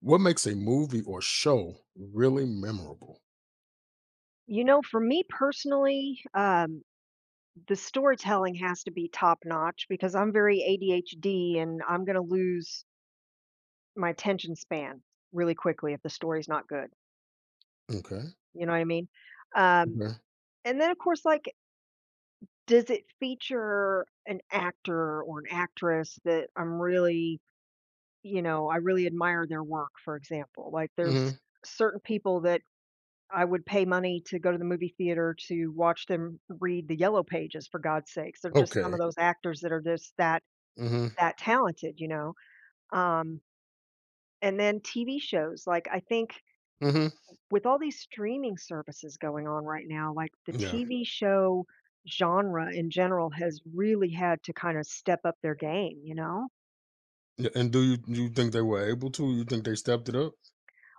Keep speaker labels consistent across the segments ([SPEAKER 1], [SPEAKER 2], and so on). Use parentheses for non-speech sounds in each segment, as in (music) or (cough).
[SPEAKER 1] What makes a movie or show really memorable?
[SPEAKER 2] You know, for me personally, the storytelling has to be top notch because I'm very ADHD and I'm going to lose my attention span really quickly if the story's not good.
[SPEAKER 1] Okay.
[SPEAKER 2] You know what I mean? Um,
[SPEAKER 1] Okay.
[SPEAKER 2] and then, of course, like, does it feature an actor or an actress that I'm really, you know, I really admire their work, for example? Like, there's
[SPEAKER 1] Mhm.
[SPEAKER 2] certain people that I would pay money to go to the movie theater to watch them read the yellow pages, for God's sakes. They're just some
[SPEAKER 1] Okay.
[SPEAKER 2] of those actors that are just that
[SPEAKER 1] Mhm.
[SPEAKER 2] that talented, you know? Um, and then TV shows, like, I think
[SPEAKER 1] Mhm.
[SPEAKER 2] with all these streaming services going on right now, like, the
[SPEAKER 1] Yeah.
[SPEAKER 2] TV show genre in general has really had to kinda step up their game, you know?
[SPEAKER 1] Yeah, and do you think they were able to? You think they stepped it up?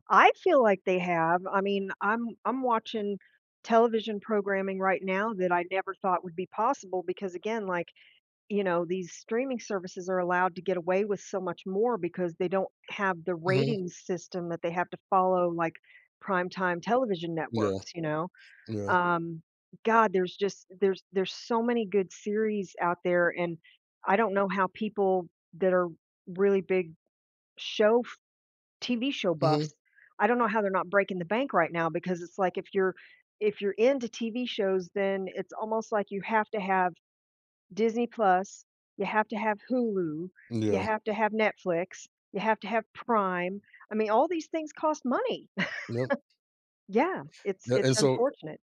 [SPEAKER 2] I feel like they have. I mean, I'm watching television programming right now that I never thought would be possible because, again, like, you know, these streaming services are allowed to get away with so much more because they don't have the
[SPEAKER 1] Mhm.
[SPEAKER 2] ratings system that they have to follow like primetime television
[SPEAKER 1] Yeah.
[SPEAKER 2] networks, you know?
[SPEAKER 1] Yeah.
[SPEAKER 2] Um, God, there's just there's so many good series out there, and I don't know how people that are really big show f- TV show buffs,
[SPEAKER 1] Mhm.
[SPEAKER 2] I don't know how they're not breaking the bank right now because it's like if you're into TV shows, then it's almost like you have to have Disney Plus, you have to have Hulu, you
[SPEAKER 1] Yeah.
[SPEAKER 2] have to have Netflix, you have to have Prime. I mean, all these things cost money. (laughs)
[SPEAKER 1] Yep.
[SPEAKER 2] Yeah, it's
[SPEAKER 1] Yeah,
[SPEAKER 2] it's
[SPEAKER 1] and so
[SPEAKER 2] unfortunate.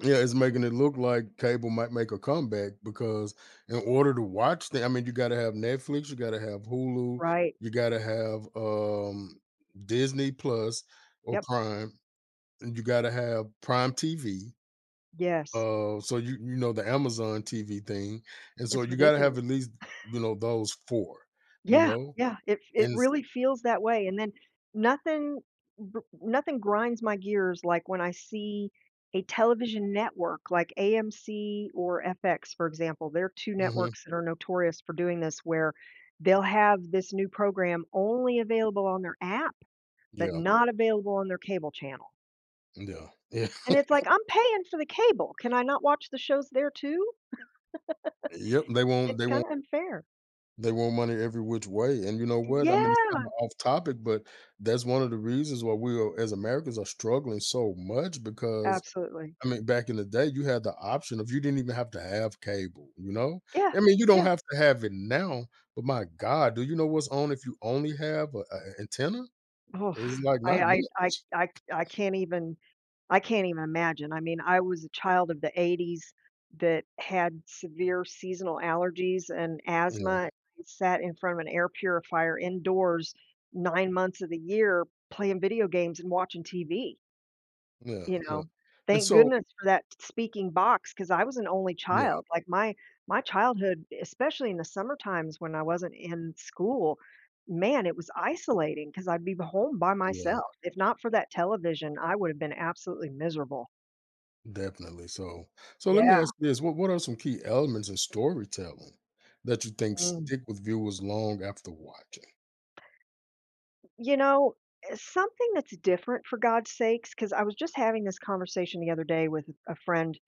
[SPEAKER 1] yeah, it's making it look like cable might make a comeback because in order to watch the I mean, you gotta have Netflix, you gotta have Hulu,
[SPEAKER 2] Right.
[SPEAKER 1] you gotta have Disney Plus or
[SPEAKER 2] Yep.
[SPEAKER 1] Prime, and you gotta have Prime TV.
[SPEAKER 2] Yes.
[SPEAKER 1] So you know the Amazon TV thing, and so
[SPEAKER 2] It's
[SPEAKER 1] you gotta have
[SPEAKER 2] ridiculous.
[SPEAKER 1] at least you know those 4, you
[SPEAKER 2] Yeah,
[SPEAKER 1] know,
[SPEAKER 2] yeah, it
[SPEAKER 1] and s
[SPEAKER 2] really feels that way, and then nothing nothing grinds my gears like when I see a television network like AMC or FX, for example. They're 2
[SPEAKER 1] mhm,
[SPEAKER 2] networks that are notorious for doing this, where they'll have this new program only available on their app, but
[SPEAKER 1] yeah,
[SPEAKER 2] not available on their cable channel,
[SPEAKER 1] yeah, yeah,
[SPEAKER 2] and it's like, "I'm paying for the cable, can I not watch the shows there too?"
[SPEAKER 1] (laughs) yep, they won't,
[SPEAKER 2] It's
[SPEAKER 1] they won't,
[SPEAKER 2] kinda unfair.
[SPEAKER 1] they want money every which way, and you know what? I mean, it's
[SPEAKER 2] Yeah,
[SPEAKER 1] kinda off topic, but that's one of the reasons why we are, as Americans, are struggling so much because,
[SPEAKER 2] absolutely.
[SPEAKER 1] I mean, back in the day, you had the option of you didn't even have to have cable, you know?
[SPEAKER 2] Yeah,
[SPEAKER 1] I mean, you don't
[SPEAKER 2] yeah.
[SPEAKER 1] have to have it now, but my god, do you know what's on if you only have an antenna?
[SPEAKER 2] Oh,
[SPEAKER 1] It's like
[SPEAKER 2] I
[SPEAKER 1] not much.
[SPEAKER 2] I I I I can't even I can't even imagine. I mean, I was a child of the 80s that had severe seasonal allergies and
[SPEAKER 1] Yeah,
[SPEAKER 2] asthma. I sat in front of an air purifier indoors 9 months of the year playing video games and watching TV.
[SPEAKER 1] yeah,
[SPEAKER 2] You
[SPEAKER 1] yeah.
[SPEAKER 2] know,
[SPEAKER 1] And
[SPEAKER 2] thank
[SPEAKER 1] so
[SPEAKER 2] goodness for that speaking box because I was an only
[SPEAKER 1] yeah,
[SPEAKER 2] child, like, my childhood, especially in the summer times when I wasn't in school, man, it was isolating. Because 'cause I'd be home by
[SPEAKER 1] yeah,
[SPEAKER 2] myself. If not for that television, I would have been absolutely miserable.
[SPEAKER 1] definitely. So let me
[SPEAKER 2] Yeah.
[SPEAKER 1] ask you this. What are some key elements in storytelling that you think
[SPEAKER 2] Mm.
[SPEAKER 1] stick with viewers long after watching?
[SPEAKER 2] You know, something that's different for God's sakes, because I was just having this conversation the other day with a friend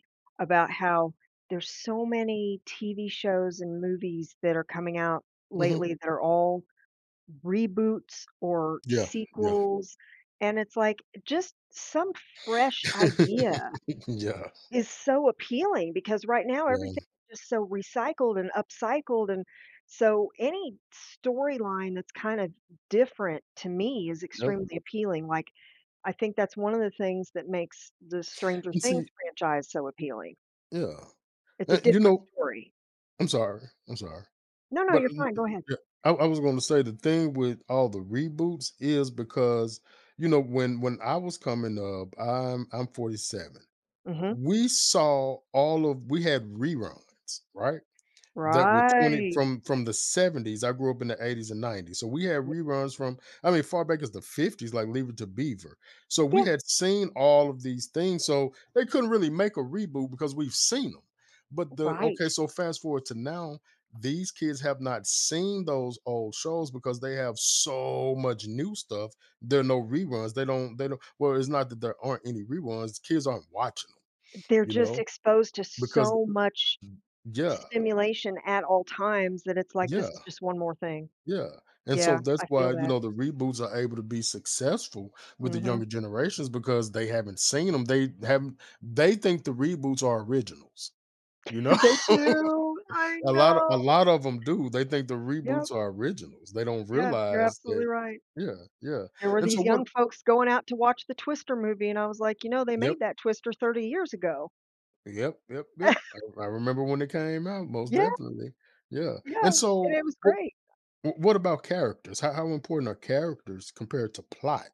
[SPEAKER 2] about how there's so many TV shows and movies that are coming out
[SPEAKER 1] Hmm.
[SPEAKER 2] lately that are all reboots or
[SPEAKER 1] Yeah, yeah.
[SPEAKER 2] sequels, and it's like, just some fresh idea
[SPEAKER 1] (laughs) Yeah,
[SPEAKER 2] is so appealing because right now everything
[SPEAKER 1] yeah,
[SPEAKER 2] is just so recycled and upcycled, and so any storyline that's kind of different to me is
[SPEAKER 1] yep.
[SPEAKER 2] extremely appealing, like, I think that's one of the things that makes the Stranger
[SPEAKER 1] And
[SPEAKER 2] Things
[SPEAKER 1] see,
[SPEAKER 2] franchise so appealing.
[SPEAKER 1] yeah.
[SPEAKER 2] It's a
[SPEAKER 1] You
[SPEAKER 2] different
[SPEAKER 1] know,
[SPEAKER 2] story.
[SPEAKER 1] I'm sorry. I'm sorry.
[SPEAKER 2] No, no,
[SPEAKER 1] But
[SPEAKER 2] you're fine, go ahead.
[SPEAKER 1] yeah, I was going to say the thing with all the reboots is because you know when I was coming up, I'm 47.
[SPEAKER 2] Mhm.
[SPEAKER 1] We saw all of we had reruns, right? That were 20
[SPEAKER 2] Right.
[SPEAKER 1] from the 70s. I grew up in the 80s and 90s. So we had reruns from I mean, far back as the 50s, like Leave It to Beaver. So
[SPEAKER 2] Yeah,
[SPEAKER 1] we had seen all of these things. So they couldn't really make a reboot because we've seen them. But the okay,
[SPEAKER 2] right.
[SPEAKER 1] so fast forward to now, these kids have not seen those old shows because they have so much new stuff. There are no reruns. They don't, well, it's not that there aren't any reruns, kids aren't watching
[SPEAKER 2] They're
[SPEAKER 1] you
[SPEAKER 2] just
[SPEAKER 1] know?
[SPEAKER 2] exposed to
[SPEAKER 1] Because
[SPEAKER 2] so much
[SPEAKER 1] yeah,
[SPEAKER 2] stimulation at all times that it's like,
[SPEAKER 1] yeah,
[SPEAKER 2] this is just one more thing.
[SPEAKER 1] yeah, and so
[SPEAKER 2] Yeah,
[SPEAKER 1] that's
[SPEAKER 2] I
[SPEAKER 1] why,
[SPEAKER 2] feel
[SPEAKER 1] you
[SPEAKER 2] that.
[SPEAKER 1] know, the reboots are able to be successful with the
[SPEAKER 2] Mhm.
[SPEAKER 1] younger generations because they haven't seen them. They haven't they think the reboots are originals, you know?
[SPEAKER 2] They
[SPEAKER 1] (laughs)
[SPEAKER 2] do, I
[SPEAKER 1] A lot of,
[SPEAKER 2] know.
[SPEAKER 1] a lot of them do, they think the
[SPEAKER 2] Yep,
[SPEAKER 1] reboots are originals, they don't
[SPEAKER 2] yeah, you're
[SPEAKER 1] realize
[SPEAKER 2] absolutely
[SPEAKER 1] that.
[SPEAKER 2] right.
[SPEAKER 1] Yeah, yeah,
[SPEAKER 2] There were
[SPEAKER 1] and
[SPEAKER 2] these
[SPEAKER 1] so what?
[SPEAKER 2] young folks going out to watch the Twister movie, and I was like, "You know, they made
[SPEAKER 1] Yep,
[SPEAKER 2] that Twister 30 years ago."
[SPEAKER 1] yep, yep, yep,
[SPEAKER 2] (laughs)
[SPEAKER 1] I remember when it came out, most
[SPEAKER 2] Yeah,
[SPEAKER 1] definitely, yeah,
[SPEAKER 2] yeah,
[SPEAKER 1] and
[SPEAKER 2] and
[SPEAKER 1] so,
[SPEAKER 2] it was
[SPEAKER 1] what
[SPEAKER 2] great.
[SPEAKER 1] what about characters? How important are characters compared to plot?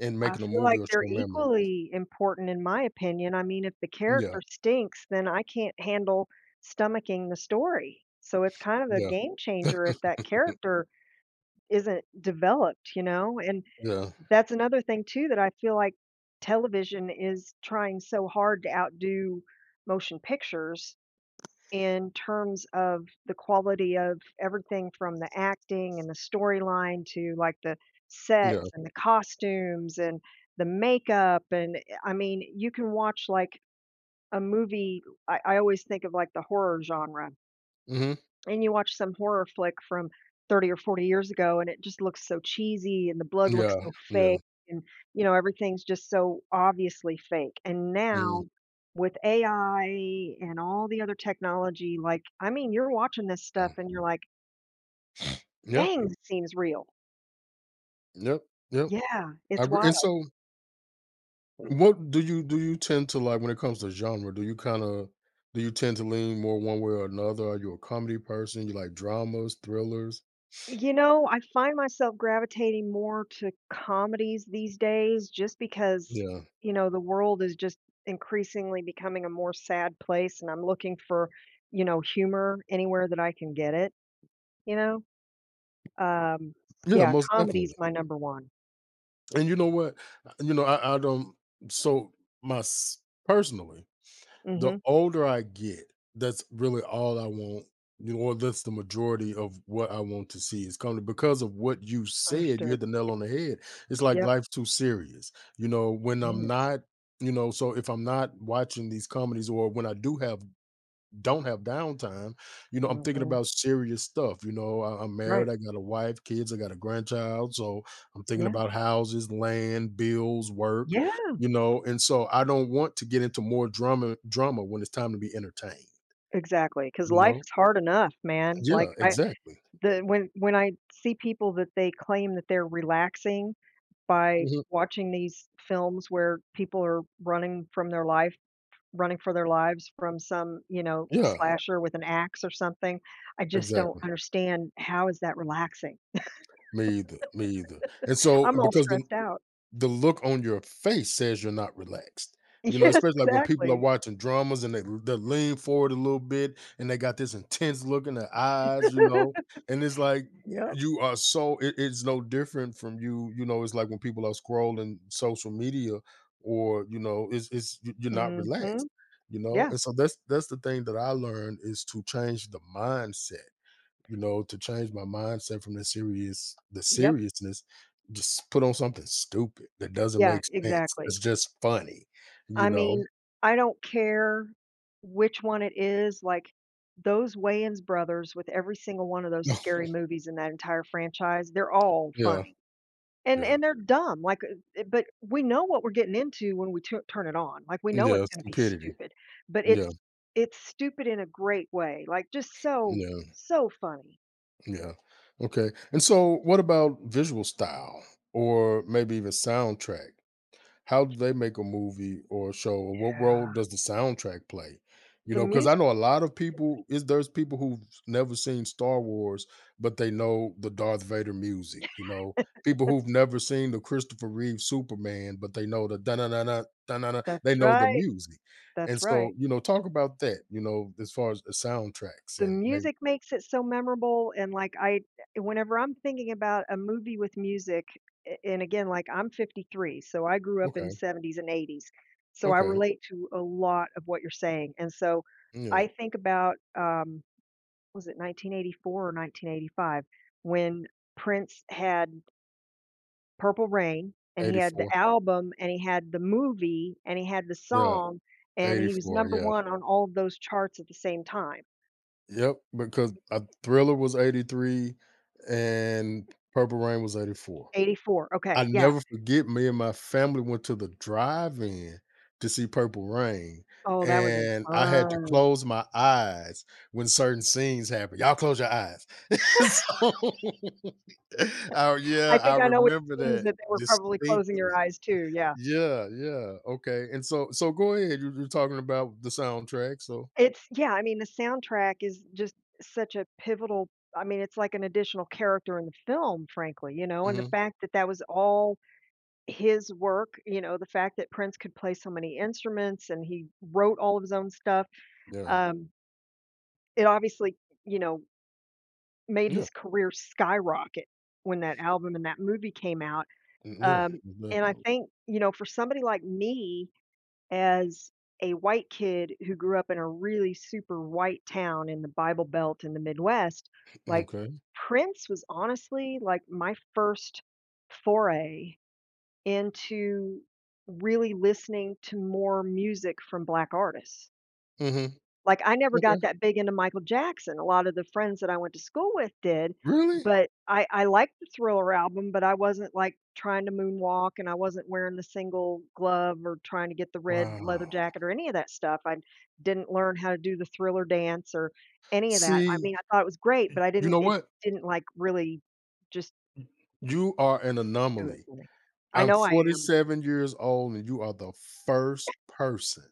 [SPEAKER 1] And
[SPEAKER 2] I
[SPEAKER 1] making a
[SPEAKER 2] feel
[SPEAKER 1] movie
[SPEAKER 2] like
[SPEAKER 1] or
[SPEAKER 2] they're
[SPEAKER 1] show memorable.
[SPEAKER 2] equally important in my opinion. I mean, if the
[SPEAKER 1] Yeah,
[SPEAKER 2] character stinks, then I can't handle stomaching the story. So it's kind of a
[SPEAKER 1] yeah,
[SPEAKER 2] game changer if that
[SPEAKER 1] mhm,
[SPEAKER 2] character isn't developed, you know, and
[SPEAKER 1] yeah,
[SPEAKER 2] that's another thing too that I feel like television is trying so hard to outdo motion pictures in terms of the quality of everything from the acting and the storyline to, like, the
[SPEAKER 1] yeah,
[SPEAKER 2] sets and the costumes and the makeup and, I mean, you can watch, like, a movie I always think of, like, the horror genre,
[SPEAKER 1] mhm,
[SPEAKER 2] and you watch some horror flick from 30 or 40 years ago and it just looks so cheesy and the blood looks
[SPEAKER 1] yeah,
[SPEAKER 2] so fake,
[SPEAKER 1] yeah,
[SPEAKER 2] and you know everything's just so obviously fake, and now
[SPEAKER 1] mhm,
[SPEAKER 2] with AI and all the other technology, like, I mean you're watching this stuff
[SPEAKER 1] yeah.
[SPEAKER 2] and you're like,
[SPEAKER 1] Yep,
[SPEAKER 2] dang, this seems real.
[SPEAKER 1] yep, yep,
[SPEAKER 2] Yeah,
[SPEAKER 1] I
[SPEAKER 2] it's
[SPEAKER 1] agree, and
[SPEAKER 2] wild.
[SPEAKER 1] so, what do you tend to like when it comes to genre? Do you tend to lean more one way or another? Are you a comedy person? You like dramas, thrillers?
[SPEAKER 2] You know, I find myself gravitating more to comedies these days just because,
[SPEAKER 1] Yeah.
[SPEAKER 2] you know, the world is just increasingly becoming a more sad place and I'm looking for, you know, humor anywhere that I can get it, you know? Um,
[SPEAKER 1] Yeah,
[SPEAKER 2] yeah,
[SPEAKER 1] most
[SPEAKER 2] comedy's
[SPEAKER 1] definitely,
[SPEAKER 2] my number one.
[SPEAKER 1] and you know what? You know, I don't, so, mys personally, the
[SPEAKER 2] Mhm.
[SPEAKER 1] older I get, that's really all I want, you know, or that's the majority of what I want to see is coming because of what you said. You
[SPEAKER 2] Understood.
[SPEAKER 1] hit the nail on the head. It's like
[SPEAKER 2] Yep,
[SPEAKER 1] life's too serious, you know.
[SPEAKER 2] it
[SPEAKER 1] When I'm
[SPEAKER 2] is.
[SPEAKER 1] not, you know, so if I'm not watching these comedies, or when I do have don't have downtime, you know, I'm thinking
[SPEAKER 2] Mhm.
[SPEAKER 1] about serious stuff. You know, I'm married,
[SPEAKER 2] Right.
[SPEAKER 1] I got a wife, kids, I got a grandchild. So I'm thinking
[SPEAKER 2] Yeah.
[SPEAKER 1] about houses, land, bills, work,
[SPEAKER 2] Yeah.
[SPEAKER 1] you know, and so I don't want to get into more drama when it's time to be entertained,
[SPEAKER 2] Exactly. Because
[SPEAKER 1] you
[SPEAKER 2] life
[SPEAKER 1] know?
[SPEAKER 2] is hard enough, man. Like
[SPEAKER 1] Yeah,
[SPEAKER 2] I
[SPEAKER 1] exactly.
[SPEAKER 2] the when I see people that they claim that they're relaxing by
[SPEAKER 1] Mhm.
[SPEAKER 2] watching these films where people are running from their life running for their lives from some, you know,
[SPEAKER 1] Yeah,
[SPEAKER 2] Yeah. slasher with an axe or something. I just don't
[SPEAKER 1] exactly.
[SPEAKER 2] understand, how is that relaxing?
[SPEAKER 1] Me either. Me either. And so
[SPEAKER 2] I'm Right. all
[SPEAKER 1] because
[SPEAKER 2] stressed out.
[SPEAKER 1] the look on your face says you're not relaxed. You
[SPEAKER 2] (laughs)
[SPEAKER 1] know,
[SPEAKER 2] Yes,
[SPEAKER 1] especially like when people are
[SPEAKER 2] exactly.
[SPEAKER 1] watching dramas and they lean forward a little bit and they got this intense look in their eyes, you know, and it's like
[SPEAKER 2] Yep.
[SPEAKER 1] you are so it's no different from you, you know, it's like when people are scrolling social media or you know, it's you're not relaxed,
[SPEAKER 2] Mhm.
[SPEAKER 1] you know.
[SPEAKER 2] Yeah.
[SPEAKER 1] And so that's the thing that I learned is to change the mindset, you know, to change my mindset from the
[SPEAKER 2] Yep.
[SPEAKER 1] seriousness, just put on something stupid that doesn't
[SPEAKER 2] Yeah,
[SPEAKER 1] make sense.
[SPEAKER 2] exactly.
[SPEAKER 1] It's just funny, you
[SPEAKER 2] I
[SPEAKER 1] know?
[SPEAKER 2] mean, I don't care which one it is, like, those Wayans brothers with every single one of those
[SPEAKER 1] (laughs)
[SPEAKER 2] scary movies in that entire franchise, they're all
[SPEAKER 1] Yeah,
[SPEAKER 2] funny.
[SPEAKER 1] yeah,
[SPEAKER 2] And they're dumb, like, but we know what we're getting into when we tu turn it on, like, we know
[SPEAKER 1] yeah,
[SPEAKER 2] it's gonna be
[SPEAKER 1] stupidity.
[SPEAKER 2] stupid, but
[SPEAKER 1] Yeah,
[SPEAKER 2] it's stupid in a great way, like, just so,
[SPEAKER 1] yeah,
[SPEAKER 2] so funny.
[SPEAKER 1] yeah. Okay. And so what about visual style or maybe even soundtrack? How do they make a movie or a show, or what role
[SPEAKER 2] Yeah,
[SPEAKER 1] does the soundtrack play? You
[SPEAKER 2] the
[SPEAKER 1] know, because
[SPEAKER 2] music
[SPEAKER 1] I know a lot of people is there's people who've never seen Star Wars, but they know the Darth Vader music, you know? People who've never seen the Christopher Reeve Superman, but they know the da-na-na-na, da-na-na, they
[SPEAKER 2] that's
[SPEAKER 1] know the
[SPEAKER 2] right,
[SPEAKER 1] music, and
[SPEAKER 2] that's
[SPEAKER 1] so,
[SPEAKER 2] right.
[SPEAKER 1] you know, talk about that, you know, as far as the soundtracks
[SPEAKER 2] The
[SPEAKER 1] and maybe.
[SPEAKER 2] music makes it so memorable, and, like, I whenever I'm thinking about a movie with music, a and again, like, I'm 53, so I grew up in the
[SPEAKER 1] Okay,
[SPEAKER 2] '70s and '80s, so I
[SPEAKER 1] okay,
[SPEAKER 2] relate to a lot of what you're saying, and so
[SPEAKER 1] yeah,
[SPEAKER 2] I think about, was it 1984 or 1985 when Prince had Purple Rain, and he had
[SPEAKER 1] 84,
[SPEAKER 2] the album and he had the movie and he had the
[SPEAKER 1] yeah,
[SPEAKER 2] song, and he was
[SPEAKER 1] 84,
[SPEAKER 2] number
[SPEAKER 1] yeah.
[SPEAKER 2] 1 on all of those charts at the same time.
[SPEAKER 1] Yep, because Thriller was '83 and Purple Rain was '84.
[SPEAKER 2] 84,
[SPEAKER 1] I
[SPEAKER 2] okay, yeah.
[SPEAKER 1] never forget me and my family went to the drive-in to see Purple Rain,
[SPEAKER 2] Oh, that would've been
[SPEAKER 1] and I had to
[SPEAKER 2] fun.
[SPEAKER 1] close my eyes when certain scenes happened. "Y'all close your eyes." (laughs) So, (laughs) oh,
[SPEAKER 2] I
[SPEAKER 1] yeah, I
[SPEAKER 2] think I know what
[SPEAKER 1] remember
[SPEAKER 2] it means,
[SPEAKER 1] that
[SPEAKER 2] that they were probably closing your
[SPEAKER 1] distinctly.
[SPEAKER 2] eyes too, yeah.
[SPEAKER 1] Yeah, yeah, okay, and so go ahead, you're talking about the soundtrack, so.
[SPEAKER 2] It's yeah, I mean, the soundtrack is just such a pivotal I mean, it's like an additional character in the film, frankly, you know, and the
[SPEAKER 1] Mhm.
[SPEAKER 2] fact that that was all his work, you know, the fact that Prince could play so many instruments and he wrote all of his own stuff,
[SPEAKER 1] Yeah,
[SPEAKER 2] um, it obviously, you know, made
[SPEAKER 1] yeah,
[SPEAKER 2] his career skyrocket when that album and that movie came out,
[SPEAKER 1] mm, yeah,
[SPEAKER 2] um, and I
[SPEAKER 1] definitely.
[SPEAKER 2] think, you know, for somebody like me as a white kid who grew up in a really super white town in the Bible Belt in the Midwest, like,
[SPEAKER 1] Okay.
[SPEAKER 2] Prince was honestly, like, my first foray into really listening to more music from black artists.
[SPEAKER 1] Mhm.
[SPEAKER 2] Like I never
[SPEAKER 1] Okay.
[SPEAKER 2] got that big into Michael Jackson. A lot of the friends that I went to school with did,
[SPEAKER 1] Really?
[SPEAKER 2] but I liked the Thriller album, but I wasn't like trying to moonwalk and I wasn't wearing the single glove or trying to get the red leather
[SPEAKER 1] Wow.
[SPEAKER 2] jacket or any of that stuff. I didn't learn how to do the Thriller dance or any of that. I
[SPEAKER 1] See,
[SPEAKER 2] mean, I thought it was great, but I
[SPEAKER 1] you
[SPEAKER 2] didn't
[SPEAKER 1] know
[SPEAKER 2] it
[SPEAKER 1] what?
[SPEAKER 2] didn't like really just
[SPEAKER 1] You are an
[SPEAKER 2] do it
[SPEAKER 1] anomaly.
[SPEAKER 2] for me. I
[SPEAKER 1] I'm
[SPEAKER 2] know I am.
[SPEAKER 1] 47 years old, and you are the first person,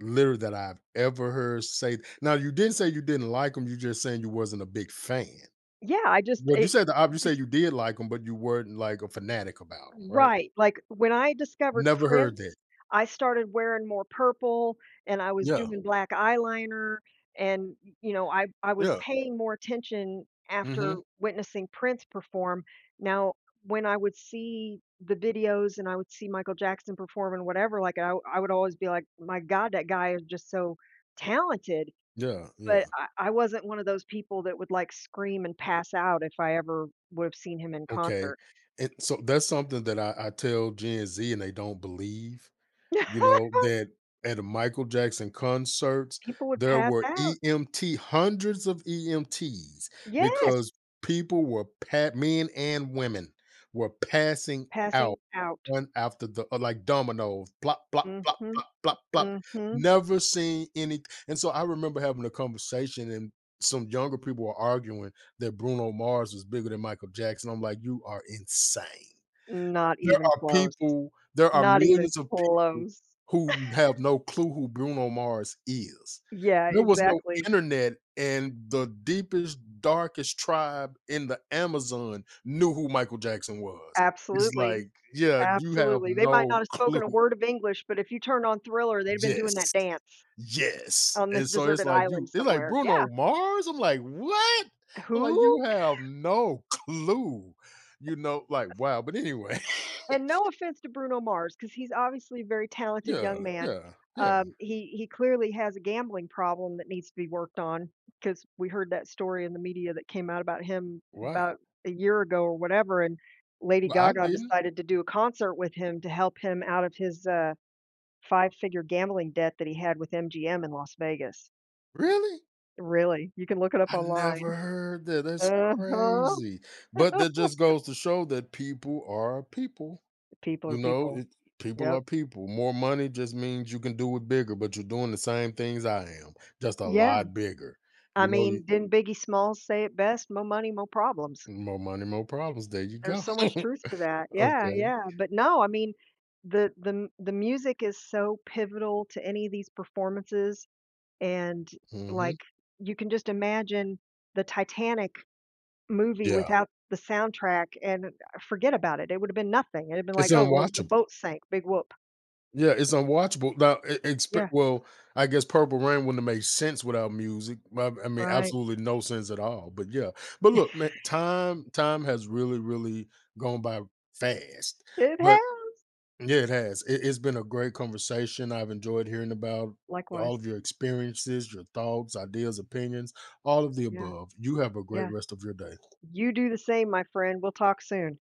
[SPEAKER 1] literally, that I've ever heard say. Now, you didn't say you didn't like them. You just saying you wasn't a big fan.
[SPEAKER 2] Yeah, I just
[SPEAKER 1] Well,
[SPEAKER 2] it,
[SPEAKER 1] you
[SPEAKER 2] it
[SPEAKER 1] said
[SPEAKER 2] just
[SPEAKER 1] you did like them, but you weren't, like, a fanatic about them, right?
[SPEAKER 2] right, like, when I discovered
[SPEAKER 1] Never
[SPEAKER 2] Prince,
[SPEAKER 1] heard that.
[SPEAKER 2] I started wearing more purple, and I was
[SPEAKER 1] Yeah.
[SPEAKER 2] doing black eyeliner, and, y you know, I was
[SPEAKER 1] Yeah.
[SPEAKER 2] paying more attention
[SPEAKER 1] Mhm.
[SPEAKER 2] after witnessing Prince perform. Now, when I would see the videos and I would see Michael Jackson perform and whatever, like, I would always be like, "My god, that guy is just so talented,"
[SPEAKER 1] Yeah,
[SPEAKER 2] but
[SPEAKER 1] yeah.
[SPEAKER 2] I wasn't one of those people that would, like, scream and pass out if I ever would've seen him in
[SPEAKER 1] Okay.
[SPEAKER 2] concert.
[SPEAKER 1] And so that's something that I tell Gen Z, and they don't believe. You
[SPEAKER 2] (laughs)
[SPEAKER 1] know, that at a Michael Jackson concerts,
[SPEAKER 2] People would
[SPEAKER 1] there
[SPEAKER 2] pass
[SPEAKER 1] were
[SPEAKER 2] out.
[SPEAKER 1] EMT hundreds of EMTs because
[SPEAKER 2] Yes,
[SPEAKER 1] people were pat, men and women were passing out
[SPEAKER 2] passing out.
[SPEAKER 1] one after the like dominoes, plop, plop,
[SPEAKER 2] Mm
[SPEAKER 1] plop,
[SPEAKER 2] Mhm,
[SPEAKER 1] plop, plop, plop.
[SPEAKER 2] Mm mhm.
[SPEAKER 1] Never seen any, and so I remember having a conversation and some younger people were arguing that Bruno Mars was bigger than Michael Jackson. I'm like, you are insane.
[SPEAKER 2] Not
[SPEAKER 1] There
[SPEAKER 2] even
[SPEAKER 1] are
[SPEAKER 2] close.
[SPEAKER 1] people there are
[SPEAKER 2] Not even
[SPEAKER 1] millions of people
[SPEAKER 2] close.
[SPEAKER 1] who have no clue who Bruno Mars is.
[SPEAKER 2] Yeah,
[SPEAKER 1] There was no
[SPEAKER 2] exactly.
[SPEAKER 1] internet, and the deepest, darkest tribe in the Amazon knew who Michael Jackson was. It's
[SPEAKER 2] Absolutely,
[SPEAKER 1] like, yeah, you have
[SPEAKER 2] absolutely. They might not
[SPEAKER 1] no
[SPEAKER 2] have spoken a
[SPEAKER 1] clue.
[SPEAKER 2] word of English, but if you turned on Thriller, they'd have been doing that
[SPEAKER 1] Yes.
[SPEAKER 2] dance
[SPEAKER 1] Yes.
[SPEAKER 2] on this
[SPEAKER 1] And so
[SPEAKER 2] deserted island
[SPEAKER 1] it's like,
[SPEAKER 2] somewhere. Yeah.
[SPEAKER 1] "Bruno Mars?" I'm like, "What?" I'm
[SPEAKER 2] Who?
[SPEAKER 1] like, "You have no clue." You know, like, wow, but anyway. (laughs)
[SPEAKER 2] And no offense to Bruno Mars, because he's obviously a very talented
[SPEAKER 1] Yeah,
[SPEAKER 2] young man.
[SPEAKER 1] yeah, yeah.
[SPEAKER 2] He clearly has a gambling problem that needs to be worked on, because we heard that story in the media that came out about him
[SPEAKER 1] Wow.
[SPEAKER 2] about a year ago or whatever, and Lady
[SPEAKER 1] Well, I
[SPEAKER 2] Gaga
[SPEAKER 1] didn't.
[SPEAKER 2] decided to do a concert with him to help him out of his, five-figure gambling debt that he had with MGM in Las Vegas.
[SPEAKER 1] Really?
[SPEAKER 2] Really, you can look it up
[SPEAKER 1] I
[SPEAKER 2] online.
[SPEAKER 1] never heard that. That's
[SPEAKER 2] Uh-huh.
[SPEAKER 1] crazy. But that just goes to show that people are people.
[SPEAKER 2] People are
[SPEAKER 1] You know,
[SPEAKER 2] people.
[SPEAKER 1] people are
[SPEAKER 2] Yep.
[SPEAKER 1] people. More money just means you can do it bigger, but you're doing the same things I am, just a
[SPEAKER 2] Yeah.
[SPEAKER 1] lot bigger.
[SPEAKER 2] I
[SPEAKER 1] You know,
[SPEAKER 2] mean, didn't Biggie Smalls say it best? "Mo' money, mo' problems."
[SPEAKER 1] more money, more problems. There you
[SPEAKER 2] There's
[SPEAKER 1] go.
[SPEAKER 2] so much
[SPEAKER 1] (laughs)
[SPEAKER 2] truth to that. Yeah,
[SPEAKER 1] Okay.
[SPEAKER 2] yeah, but no, I mean, the music is so pivotal to any of these performances, and,
[SPEAKER 1] Hmm.
[SPEAKER 2] like, you can just imagine the Titanic movie
[SPEAKER 1] Yeah.
[SPEAKER 2] without the soundtrack, and forget about it, it would've been nothing. It'd have been
[SPEAKER 1] It's
[SPEAKER 2] like, "Oh, well, the
[SPEAKER 1] unwatchable.
[SPEAKER 2] boat sank, big whoop."
[SPEAKER 1] Yeah, it's unwatchable. Now, e expe
[SPEAKER 2] Yeah,
[SPEAKER 1] well, I guess Purple Rain wouldn't have made sense without music. I mean,
[SPEAKER 2] right.
[SPEAKER 1] absolutely no sense at all, but yeah. But look,
[SPEAKER 2] (laughs)
[SPEAKER 1] man, time has really, really gone by fast,
[SPEAKER 2] It
[SPEAKER 1] but
[SPEAKER 2] has.
[SPEAKER 1] yeah, it has. It's been a great conversation. I've enjoyed hearing about all
[SPEAKER 2] Likewise.
[SPEAKER 1] of your experiences, your thoughts, ideas, opinions, all of the
[SPEAKER 2] Yeah,
[SPEAKER 1] above. You have a great
[SPEAKER 2] yeah.
[SPEAKER 1] rest of your day.
[SPEAKER 2] You do the same, my friend. We'll talk soon.